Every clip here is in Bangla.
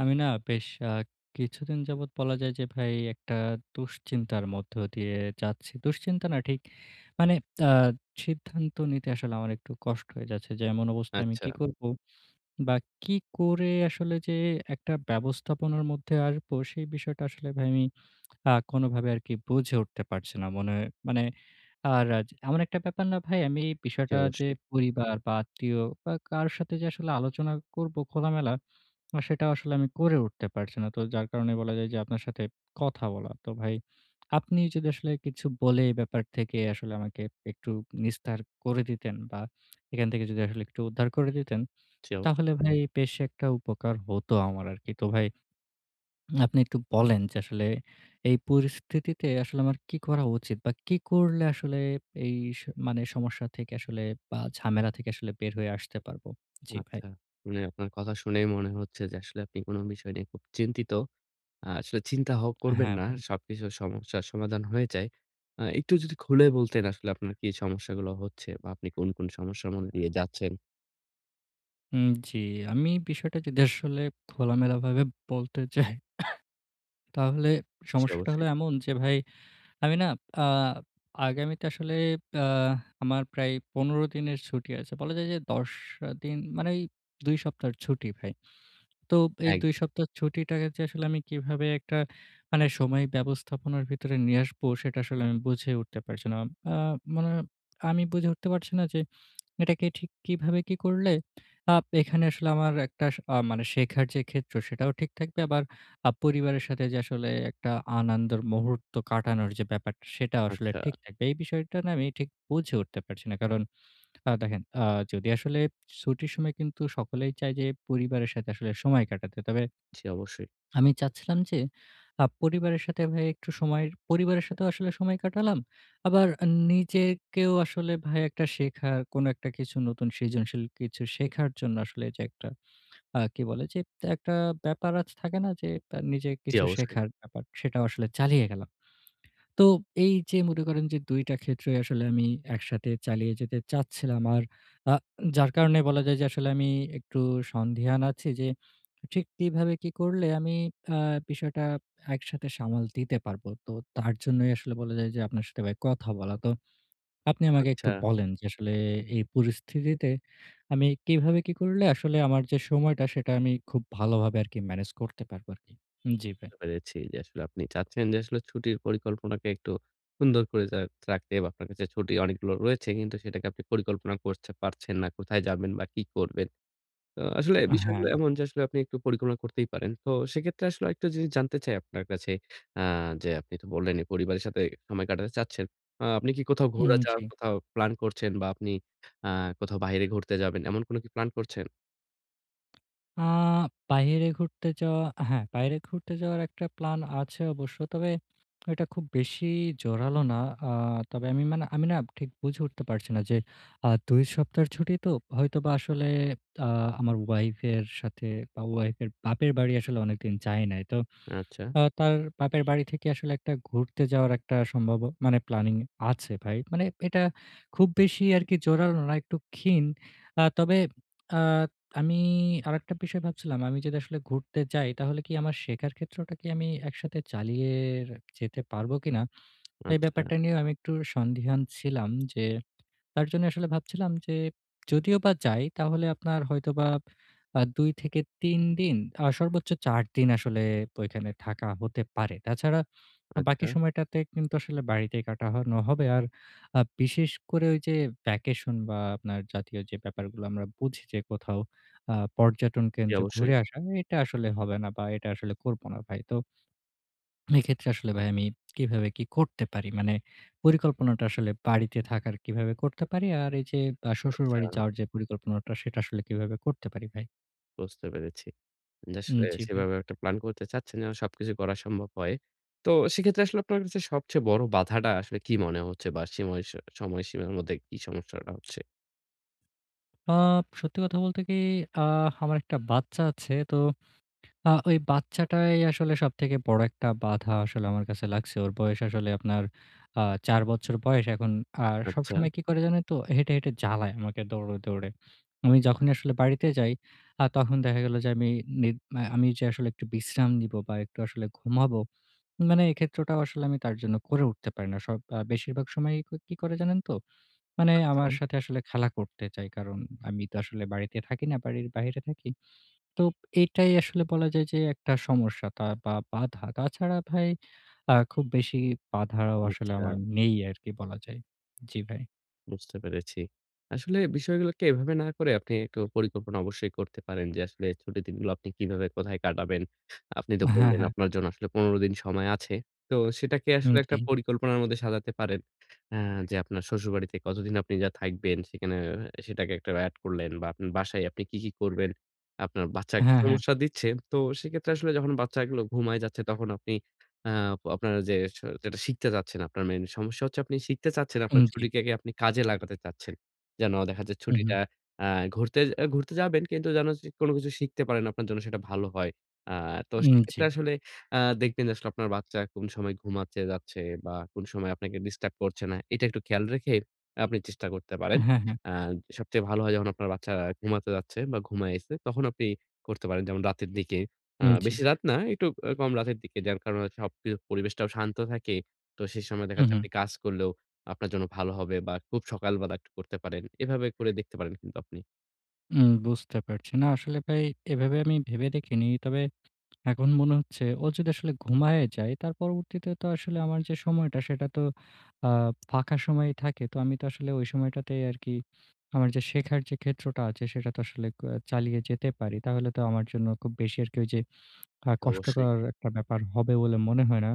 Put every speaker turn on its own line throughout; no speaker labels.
আমি না বেশ কিছুদিন যাবৎ বলা যায় যে ভাই একটা দুশ্চিন্তার মধ্য দিয়ে যাচ্ছি। দুশ্চিন্তা না ঠিক মানে আ সিদ্ধান্ত নিতে আসলে আমার একটু কষ্ট হয়ে যাচ্ছে যে এমন অবস্থায় আমি
আচ্ছা।
কি করব? বা কি করে আসলে যে একটা ব্যবস্থাপনার মধ্যে আসবো সেই বিষয়টা আসলে ভাই আমি কোনভাবে আরকি বুঝে উঠতে পারছি না। মনে হয়। মানে আর আজ এমন একটা ব্যাপার না, ভাই আমি এই
জি,
বিষয়টা যে
অবশ্যই,
পরিবার বা আত্মীয় বা কার সাথে যে আসলে আলোচনা করব খোলামেলা, সেটা আসলে আমি করে উঠতে পারছি না। তো যার কারণে বলা যায় যে আপনার সাথে কথা বলা। তো ভাই, আপনি যদি আসলে কিছু বলে এই ব্যাপার থেকে আসলে আমাকে একটু নিস্তার করে দিতেন, বা এখান থেকে যদি আসলে একটু উদ্ধার করে দিতেন,
জি, অবশ্যই।
তাহলে ভাই বেশ একটা উপকার হতো আমার আরকি। তো ভাই, আপনি একটু বলেন যে আসলে এই পরিস্থিতিতে আসলে আমার কি করা উচিত বা কি করলে আসলে এই স মানে সমস্যা থেকে আসলে বা ঝামেলা থেকে আসলে বের হয়ে আসতে পারবো? জি ভাই।
আচ্ছা। মানে আপনার কথা শুনেই মনে হচ্ছে যে আসলে আপনি কোন বিষয় নিয়ে খুব চিন্তিত। আসলে চিন্তা করবেন
হ্যাঁ,
না।
ভাই।
সবকিছু সমস্যার সমাধান হয়ে যায়। একটু যদি খুলে বলতেন আসলে আপনার কি সমস্যাগুলো হচ্ছে বা আপনি কোন সমস্যার মধ্যে দিয়ে যাচ্ছেন?
হুম, জি। আমি বিষয়টা যদি আসলে খোলামেলাভাবে বলতে চাই, তাহলে
জি,
সমস্যাটা হলো
অবশ্যই।
এমন যে ভাই, আমি না আ আগামীতে আসলে আ আমার প্রায় ১৫ দিনের ছুটি আছে। বলা যায় যে ১০ দিন মানে এই ২ সপ্তাহের ছুটি ভাই। তো এই ২
একদম।
সপ্তাহের ছুটিটাকে যে আসলে আমি কিভাবে একটা মানে সময় ব্যবস্থাপনার ভিতরে নিয়ে আসবো, সেটা আসলে আমি বুঝে উঠতে পারছি না। আ মানে আমি বুঝে উঠতে পারছি না যে এটাকে ঠিক কিভাবে কি করলে আ এখানে আসলে আমার একটা স আ মানে শেখার যে ক্ষেত্র, সেটাও ঠিক থাকবে। আবার পরিবারের সাথে যে আসলে একটা আনন্দের মুহূর্ত কাটানোর যে ব্যাপারটা, সেটা আসলে
আচ্ছা।
ঠিক থাকবে। এই বিষয়টা না আমি ঠিক বুঝে উঠতে পারছি না। কারণ দেখেন, যদি আসলে ছুটির সময় কিন্তু সকলেই চায় যে পরিবারের সাথে আসলে সময় কাটাতে। তবে
জি, অবশ্যই।
আমি চাচ্ছিলাম যে পরিবারের সাথে ভাই একটু সময়ের পরিবারের সাথেও আসলে সময় কাটালাম। আবার নিজেকেও আসলে ভাই একটা শেখার কোনো একটা কিছু নতুন সৃজনশীল কিছু শেখার জন্য আসলে যে একটা কি বলে যে একটা ব্যাপার আজ থাকে না যে নিজে
জি,
কিছু
অবশ্যই।
শেখার ব্যাপার, সেটাও আসলে চালিয়ে গেলাম। তো এই যে মনে করেন যে ২ টা ক্ষেত্রই আসলে আমি একসাথে চালিয়ে যেতে চাচ্ছিলাম। আর আ যার কারণে বলা যায় যে আসলে আমি একটু সন্দিহান আছি যে ঠিক কিভাবে কি করলে আমি আ বিষয়টা একসাথে সামাল দিতে পারবো। তো তার জন্যই আসলে বলা যায় যে আপনার সাথে ভাই কথা বলা। তো আপনি আমাকে একটু
আচ্ছা।
বলেন যে আসলে এই পরিস্থিতিতে আমি কিভাবে কি করলে আসলে আমার যে সময়টা সেটা আমি খুব ভালোভাবে আরকি ম্যানেজ করতে পারবো আরকি। জি ভাই।
বুঝতে পেরেছি যে আসলে আপনি চাচ্ছেন যে আসলে ছুটির পরিকল্পনাকে একটু সুন্দর করে রাখতে বা আপনার কাছে ছুটি অনেকগুলো রয়েছে কিন্তু সেটাকে আপনি পরিকল্পনা করতে পারছেন না। কোথায় যাবেন বা কি করবেন। তো আসলে হুম।
হ্যাঁ,
বিষয়গুলো এমন যে আসলে আপনি একটু পরিকল্পনা করতেই পারেন। তো সেক্ষেত্রে আসলে আরেকটা জিনিস জানতে চাই আপনার কাছে। আ যে আপনি তো বললেনই পরিবারের সাথে সময় কাটাতে চাচ্ছেন। আপনি কি কোথাও হুম।
উম
ঘোরা যাওয়ার
জি।
কোথাও প্ল্যান করছেন বা আপনি আ কোথাও বাইরে ঘুরতে যাবেন এমন কোনো কি প্ল্যান করছেন?
আ বাইরে ঘুরতে যাওয়া হ্যাঁ, বাইরে ঘুরতে যাওয়ার একটা প্ল্যান আছে অবশ্য। তবে এটা খুব বেশি জোরালো না। আ তবে আমি, মানে আমি না ঠিক বুঝে উঠতে পারছি না যে ২ সপ্তাহের ছুটি তো হয়তোবা আসলে আ আমার ওয়াইফ এর সাথে বা ওয়াইফ এর বাপের বাড়ি আসলে অনেকদিন যাই নাই। তো
আচ্ছা,
তার বাপের বাড়ি থেকে আসলে একটা ঘুরতে যাওয়ার একটা সম্ভাব্য মানে প্ল্যানিং আছে ভাই। মানে এটা খুব বেশি আরকি জোরালো না, একটু ক্ষীণ। আ তবে আ আমি আরেকটা বিষয় ভাবছিলাম, আমি যদি আসলে ঘুরতে যাই তাহলে কি আমার শেখার ক্ষেত্রটা কি আমি একসাথে চালিয়ে যেতে পারবো কিনা? এই
আচ্ছা,
ব্যাপারটা নিয়েও আমি একটু সন্দিহান ছিলাম যে তার জন্য আসলে ভাবছিলাম যে যদিও বা যাই তাহলে আপনার হয়তোবা ২ থেকে ৩ দিন, সর্বোচ্চ ৪ দিন আসলে ওইখানে থাকা হতে পারে। তাছাড়া
আচ্ছা।
বাকি সময়টাতে কিন্তু আসলে বাড়িতেই কাটানো হবে। আর বিশেষ করে ওই যে ভ্যাকেশন বা আপনার জাতীয় যে ব্যাপারগুলো আমরা বুঝি যে কোথাও পর্যটন
জি,
কেন্দ্র
অবশ্যই।
ঘুরে আসা, এটা আসলে হবে না বা এটা আসলে করব না ভাই। তো এক্ষেত্রে আসলে ভাই আমি কিভাবে কি করতে পারি? মানে পরিকল্পনাটা আসলে বাড়িতে থাকার কিভাবে করতে পারি? আর এই যে
আচ্ছা,
শ্বশুরবাড়ি যাওয়ার যে পরিকল্পনাটা সেটা আসলে কিভাবে করতে পারি ভাই?
বুঝতে পেরেছি। যে
উম
আসলে
জি ভাই।
সেভাবে একটা প্ল্যান করতে চাচ্ছেন যেন সবকিছু করা সম্ভব হয়। তো সেক্ষেত্রে আসলে আপনার কাছে সবচেয়ে বড় বাধাটা আসলে কি মনে হচ্ছে বা সময়সীমার মধ্যে কি সমস্যাটা হচ্ছে?
আ সত্যি কথা বলতে কি, আ আমার একটা বাচ্চা আছে। তো ওই বাচ্চাটাই আসলে সবথেকে বড় একটা বাধা আসলে আমার কাছে লাগছে। ওর বয়স আসলে আপনার আ ৪ বছর বয়স এখন। আর
আচ্ছা,
সবসময় কি করে জানেন তো? হেঁটে, হেঁটে জ্বালায় আমাকে দৌড়ে, দৌড়ে। আমি যখনই আসলে বাড়িতে যাই, তখন দেখা গেল যে আমি নি আ আমি যে আসলে একটু বিশ্রাম নিবো বা একটু আসলে ঘুমাবো, মানে এই ক্ষেত্রটাও আসলে আমি তার জন্য করে উঠতে পারি না। সব আ বেশিরভাগ সময়ই কি করে জানেন তো? মানে
আচ্ছা,
আমার সাথে আসলে খেলা করতে চায়। কারণ আমি তো আসলে বাড়িতে থাকি না, বাড়ির বাইরে থাকি। তো এটাই আসলে বলা যায় যে একটা সমস্যা, তা বা বাধা। তাছাড়া ভাই খুব বেশি বাধাও আসলে
আচ্ছা।
আমার নেই আরকি বলা যায়। জি ভাই।
বুঝতে পেরেছি। আসলে বিষয়গুলোকে এভাবে না করে আপনি একটু পরিকল্পনা অবশ্যই করতে পারেন যে আসলে ছুটির দিনগুলো আপনি কিভাবে কোথায় কাটাবেন। আপনি তো
হ্যাঁ,
বললেন
হ্যাঁ।
আপনার জন্য আসলে ১৫ দিন সময় আছে। তো সেটাকে
উম
আসলে একটা
জি।
পরিকল্পনার মধ্যে সাজাতে পারেন। আ যে আপনার শ্বশুরবাড়িতে কতদিন আপনি যা থাকবেন সেখানে সেটাকে একটা এড করলেন বা আপনার বাসায় আপনি কি করবেন। আপনার বাচ্চা একটু
হ্যাঁ, হ্যাঁ।
সমস্যা দিচ্ছে। তো সেক্ষেত্রে আসলে যখন বাচ্চাগুলো ঘুমায় যাচ্ছে তখন আপনি আ আপনার যে যেটা শিখতে চাচ্ছেন আপনার মেইন সমস্যা হচ্ছে আপনি শিখতে চাচ্ছেন
উম
আপনার
জি।
ছুটিটাকে আপনি কাজে লাগাতে চাচ্ছেন। যেন দেখা যায়
হু, হু।
ছুটিটা আ ঘুরতে ঘুরতে যাবেন কিন্তু যেন যে কোনো কিছু শিখতে পারেন আপনার জন্য সেটা ভালো হয়। আ তো
উম জি।
সেক্ষেত্রে আসলে দেখবেন যে আসলে আপনার বাচ্চা কোন সময় ঘুমাতে যাচ্ছে বা কোন সময় আপনাকে ডিস্টার্ব করছে না। এটা একটু খেয়াল রেখে আপনি চেষ্টা করতে পারেন।
হ্যাঁ, হ্যাঁ।
আ সবচেয়ে ভালো হয় যখন আপনার বাচ্চা ঘুমাতে যাচ্ছে বা ঘুমাইছে তখন আপনি করতে পারেন যেমন রাতের দিকে।
উম জি।
বেশি রাত না, একটু কম রাতের দিকে। যার কারণে হচ্ছে সবকিছু পরিবেশটাও শান্ত থাকে। তো সেই সময় দেখা
হু,
যাচ্ছে
হু।
আপনি কাজ করলেও আপনার জন্য ভালো হবে বা খুব সকালবেলা একটু করতে পারেন। এভাবে করে দেখতে পারেন কিন্তু আপনি।
উম, বুঝতে পারছি। না আসলে ভাই, এভাবে আমি ভেবে দেখিনি। তবে এখন মনে হচ্ছে ও যদি আসলে ঘুমায়ে যায়, তার পরবর্তীতে তো আসলে আমার যে সময়টা সেটা তো আ ফাঁকা সময়ই থাকে। তো আমি তো আসলে ওই সময়টাতেই আরকি আমার যে শেখার যে ক্ষেত্রটা আছে সেটা তো আসলে চালিয়ে যেতে পারি। তাহলে তো আমার জন্য খুব বেশি আরকি ওই যে
জি, অবশ্যই।
কষ্টকর একটা ব্যাপার হবে বলে মনে হয় না।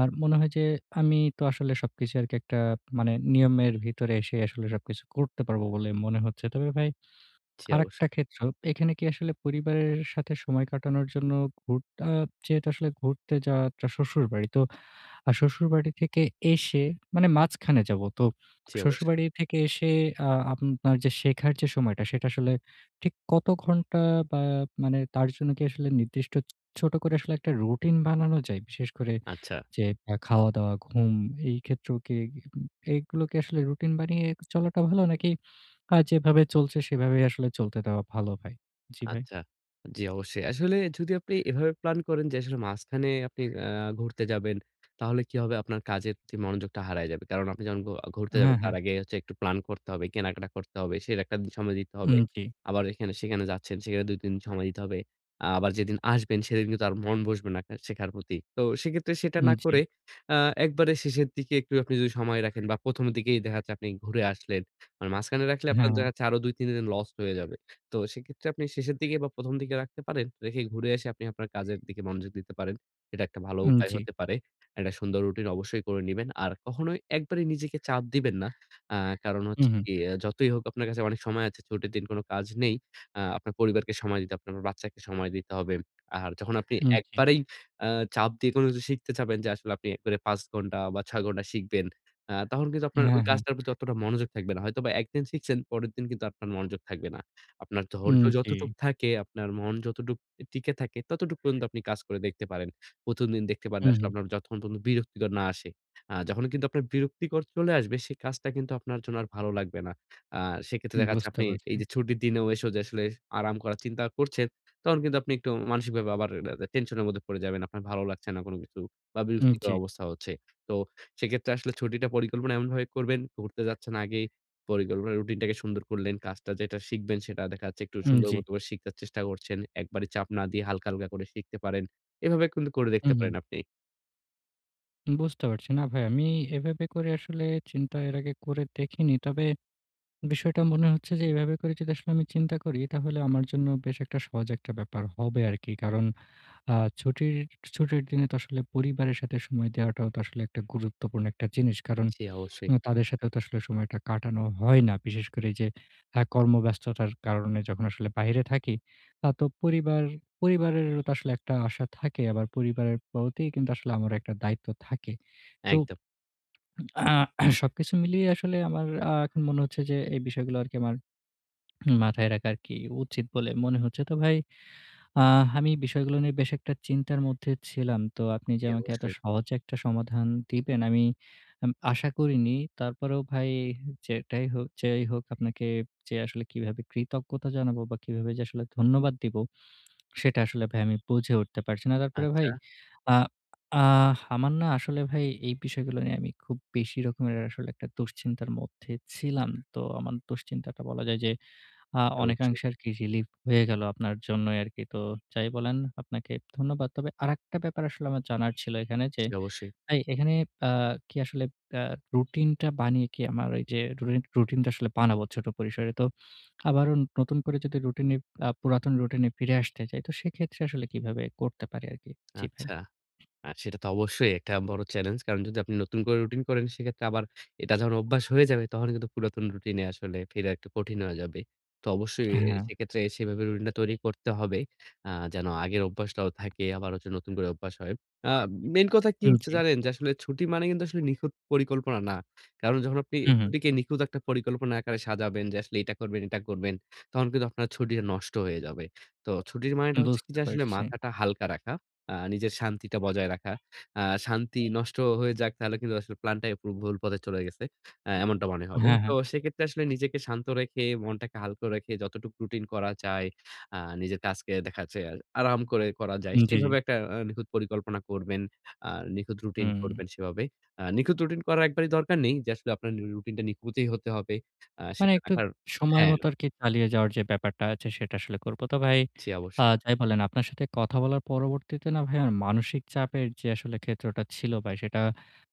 আর মনে হয় যে আমি তো আসলে সবকিছু আরকি একটা মানে নিয়মের ভিতরে এসে আসলে সবকিছু করতে পারবো বলে মনে হচ্ছে। তবে ভাই,
জি, অবশ্যই।
আরেকটা ক্ষেত্র, এখানে কি আসলে পরিবারের সাথে সময় কাটানোর জন্য ঘুর আ যেহেতু আসলে ঘুরতে যাওয়াটা শ্বশুরবাড়ি। তো শ্বশুরবাড়ি থেকে এসে মানে মাঝখানে যাব। তো
জি, অবশ্যই।
শ্বশুরবাড়ি থেকে এসে আপনার যে শেখার যে সময়টা সেটা আসলে ঠিক কত ঘন্টা, বা মানে তার জন্য কি আসলে নির্দিষ্ট ছোট করে আসলে একটা রুটিন বানানো যায়? বিশেষ করে
আচ্ছা।
যে খাওয়া-দাওয়া, ঘুম, এই ক্ষেত্রেও কি, এগুলো কি আসলে রুটিন বানিয়ে চলাটা ভালো, নাকি আর যেভাবে চলছে সেভাবেই আসলে চলতে দেওয়া ভালো ভাই? জি ভাই।
আচ্ছা। জি, অবশ্যই। আসলে যদি আপনি এভাবে প্ল্যান করেন যে আসলে মাঝখানে আপনি ঘুরতে যাবেন, তাহলে কি হবে আপনার কাজের প্রতি মনোযোগটা হারায় যাবে। কারণ আপনি যখন ঘুরতে যাবেন
হ্যাঁ,
তার
হ্যাঁ।
আগে হচ্ছে একটু প্ল্যান করতে হবে, কেনাকাটা করতে হবে, একটা দিন সময় দিতে হবে।
উম জি,
আবার এখানে সেখানে যাচ্ছেন, সেখানে ২-৩ দিন সময় দিতে হবে। আবার যেদিন আসবেন সেদিন কিন্তু আর মন বসবে না শেখার প্রতি। তো সেক্ষেত্রে সেটা
উম
না
জি।
করে আ একবারে শেষের দিকে একটু আপনি যদি সময় রাখেন বা ১ম এর দিকেই দেখা যাচ্ছে আপনি ঘুরে আসলেন। মানে মাঝখানে রাখলে আপনার
হ্যাঁ, হ্যাঁ।
দেখা যাচ্ছে আরো ২-৩ দিন লস্ট হয়ে যাবে। তো সেক্ষেত্রে আপনি শেষের দিকে বা ১ম দিকে রাখতে পারেন। রেখে ঘুরে এসে আপনি আপনার কাজের দিকে মনোযোগ দিতে পারেন। এটা একটা ভালো
উম
উপায়
জি।
হতে পারে। একটা সুন্দর রুটিন অবশ্যই করে নিবেন। আর কখনোই একবারে নিজেকে চাপ দিবেন না। আ কারণ
হুম,
হচ্ছে
হুম।
কি, যতই হোক আপনার কাছে অনেক সময় আছে। ছুটির দিন কোনো কাজ নেই। আপনার পরিবারকে সময় দিতে, আপনার বাচ্চাকে সময় দিতে হবে। আর যখন আপনি
উম জি।
একবারেই আ চাপ দিয়ে কোনো কিছু শিখতে চাবেন যে আসলে আপনি একবারে ৫ ঘন্টা বা ৬ ঘন্টা শিখবেন। তখন কিন্তু আপনার ওই
হ্যাঁ, হ্যাঁ।
কাজটার প্রতি অতটা মনোযোগ থাকবে না। হয়তোবা একদিন শিখছেন, পরের দিন কিন্তু আপনার মনোযোগ থাকবে না। আপনার ধৈর্য
উম জি।
যতটুক থাকে, আপনার মন যতটুক টিকে থাকে, ততটুক পর্যন্ত আপনি কাজ করে দেখতে পারেন। ১ম দিন দেখতে পারেন
হুম,
আসলে
হুম।
আপনার যতক্ষণ পর্যন্ত বিরক্তিকর না আসে। যখন কিন্তু আপনার বিরক্তিকর চলে আসবে, সেই কাজটা কিন্তু আপনার জন্য আর ভালো লাগবে না। আ সেক্ষেত্রে দেখা যাচ্ছে
বুঝতে
আপনি এই
পারছি।
যে ছুটির দিনেও এসেও যে আসলে আরাম করার চিন্তা করছেন, তখন কিন্তু আপনি একটু মানসিকভাবে আবার টেনশনের মধ্যে পড়ে যাবেন। আপনার ভালো লাগছে না কোনো কিছু বা
উম
বিরক্তিকর
জি,
অবস্থা হচ্ছে। তো সেক্ষেত্রে আসলে ছুটিটা পরিকল্পনা এমনভাবে করবেন, ঘুরতে যাচ্ছেন আগেই পরিকল্পনা রুটিনটাকে সুন্দর করলেন। কাজটা যেটা শিখবেন সেটা দেখা যাচ্ছে একটু
উম
সুন্দর হুম।
জি।
মতো করে শিখার চেষ্টা করছেন। একবারে চাপ না দিয়ে হালকা, হালকা করে শিখতে পারেন। এভাবে কিন্তু করে দেখতে
হুম, হুম।
পারেন আপনি।
বুঝতে পারছি। না ভাই, আমি এভাবে করে আসলে চিন্তা এর আগে করে দেখিনি। তবে বিষয়টা মনে হচ্ছে যে এভাবে করে যদি আসলে আমি চিন্তা করি তাহলে আমার জন্য বেশ একটা সহজ একটা ব্যাপার হবে আরকি। কারণ আ ছুটির ছুটির দিনে তো আসলে পরিবারের সাথে সময় দেওয়াটাও তো আসলে একটা গুরুত্বপূর্ণ একটা জিনিস। কারণ
জি অবশ্যই।
না তাদের সাথেও তো আসলে সময়টা কাটানো হয় না। বিশেষ করে এই যে কর্মব্যস্ততার কারণে যখন আসলে বাহিরে থাকি, তা তো পরিবারেরও তো আসলে একটা আশা থাকে। আবার পরিবারের প্রতি কিন্তু আসলে আমার একটা দায়িত্ব থাকে। তো
একদম।
আহ, সবকিছু মিলিয়ে আসলে আমার এখন মনে হচ্ছে যে এই বিষয়গুলো আরকি আমার মাথায় রাখা আরকি উচিত বলে মনে হচ্ছে। তো ভাই, আমি বিষয়গুলো নিয়ে বেশ একটা চিন্তার মধ্যে ছিলাম। তো আপনি যে
জি
আমাকে এত
অবশ্যই।
সহজে একটা সমাধান দিবেন আমি আশা করিনি। তারপরেও ভাই, যেটাই হোক যেই হোক আপনাকে যে আসলে কিভাবে কৃতজ্ঞতা জানাবো বা কিভাবে যে আসলে ধন্যবাদ দিব সেটা আসলে ভাই আমি বুঝে উঠতে পারছি না। তারপরে
আচ্ছা।
ভাই আ আহ আমার না আসলে ভাই এই বিষয়গুলো নিয়ে আমি খুব বেশি রকমের আসলে একটা দুশ্চিন্তার মধ্যে ছিলাম। তো আমার দুশ্চিন্তাটা বলা যায় যে
জি অবশ্যই।
অনেকাংশে আরকি রিলিফ হয়ে গেল আপনার জন্যই আরকি। তো যাই বলেন, আপনাকে ধন্যবাদ। তবে আরেকটা ব্যাপার আসলে আমার জানার ছিল এখানে যে,
জি অবশ্যই।
ভাই এখানে আ কি আসলে আ রুটিনটা বানিয়ে কি আমার ওই যে রুটিনটা আসলে বানাবো ছোট পরিসরে। তো আবারও নতুন করে যদি রুটিনে আ পুরাতন রুটিনে ফিরে আসতে চাই, তো সেক্ষেত্রে আসলে কিভাবে করতে পারি আরকি? জি ভাই।
আচ্ছা। সেটা তো অবশ্যই একটা বড় চ্যালেঞ্জ। কারণ যদি আপনি নতুন করে রুটিন করেন সেক্ষেত্রে আবার এটা যখন অভ্যাস হয়ে যাবে তখন কিন্তু পুরাতন রুটিনে আসলে ফেরা একটু কঠিন হয়ে যাবে। তো অবশ্যই
হ্যাঁ,
সেক্ষেত্রে সেভাবে রুটিনটা তৈরি করতে হবে। যেন আগের অভ্যাসটাও থাকে আবার হচ্ছে নতুন করে অভ্যাস হয়। আ মেইন কথা কি হচ্ছে
জি।
জানেন? যে আসলে ছুটি মানে কিন্তু আসলে নিখুঁত পরিকল্পনা না। কারণ যখন আপনি
হুম, হুম।
ছুটিকে নিখুঁত একটা পরিকল্পনা আকারে সাজাবেন যে আসলে এটা করবেন, এটা করবেন, তখন কিন্তু আপনার ছুটিটা নষ্ট হয়ে যাবে। তো ছুটির মানেটা হচ্ছে কি,
বুঝতে
যে আসলে
পারছি।
মাথাটা হালকা রাখা। নিজের শান্তিটা বজায় রাখা। আ শান্তি নষ্ট হয়ে যাক তাহলে কিন্তু আসলে প্ল্যানটাই পুরো ভুল পথে চলে গেছে। এমনটা মনে হবে।
হ্যাঁ,
তো
হ্যাঁ।
সেক্ষেত্রে আসলে নিজেকে শান্ত রেখে, মনটাকে হালকা রেখে যতটুকু রুটিন করা যায়, আ নিজের কাজকে দেখা যাচ্ছে আরাম করে করা যায়
জি, জি।
সেভাবে একটা নিখুঁত পরিকল্পনা করবেন। আ নিখুঁত রুটিন
হুম।
করবেন সেভাবে। নিখুঁত রুটিন করার একবারই দরকার নেই যে আসলে আপনার রুটিনটা নিখুঁতই হতে হবে।
মানে
সেটা
একটু
রাখার
সময়
হ্যাঁ,
মতো আরকি চালিয়ে যাওয়ার যে ব্যাপারটা আছে সেটা আসলে করব। তো ভাই,
জি অবশ্যই।
যাই বলেন, আপনার সাথে কথা বলার পরবর্তীতে না ভাই আমার মানসিক চাপের যে আসলে ক্ষেত্রটা ছিল ভাই সেটা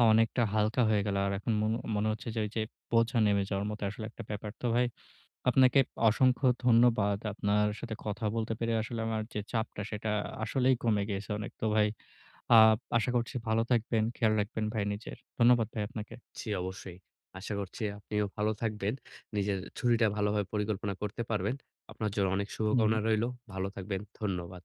অনেকটা হালকা হয়ে গেল। আর এখন মনে হচ্ছে যে ওই যে বোঝা নেমে যাওয়ার মতো আসলে একটা ব্যাপার। তো ভাই, আপনাকে অসংখ্য ধন্যবাদ। আপনার সাথে কথা বলতে পেরে আসলে আমার যে চাপটা সেটা আসলেই কমে গিয়েছে অনেক। তো ভাই, আ আশা করছি ভালো থাকবেন, খেয়াল রাখবেন ভাই নিজের। ধন্যবাদ ভাই আপনাকে।
জি, অবশ্যই। আশা করছি আপনিও ভালো থাকবেন। নিজের ছুটিটা ভালোভাবে পরিকল্পনা করতে পারবেন। আপনার জন্য অনেক
হুম।
শুভকামনা রইলো। ভালো থাকবেন। ধন্যবাদ।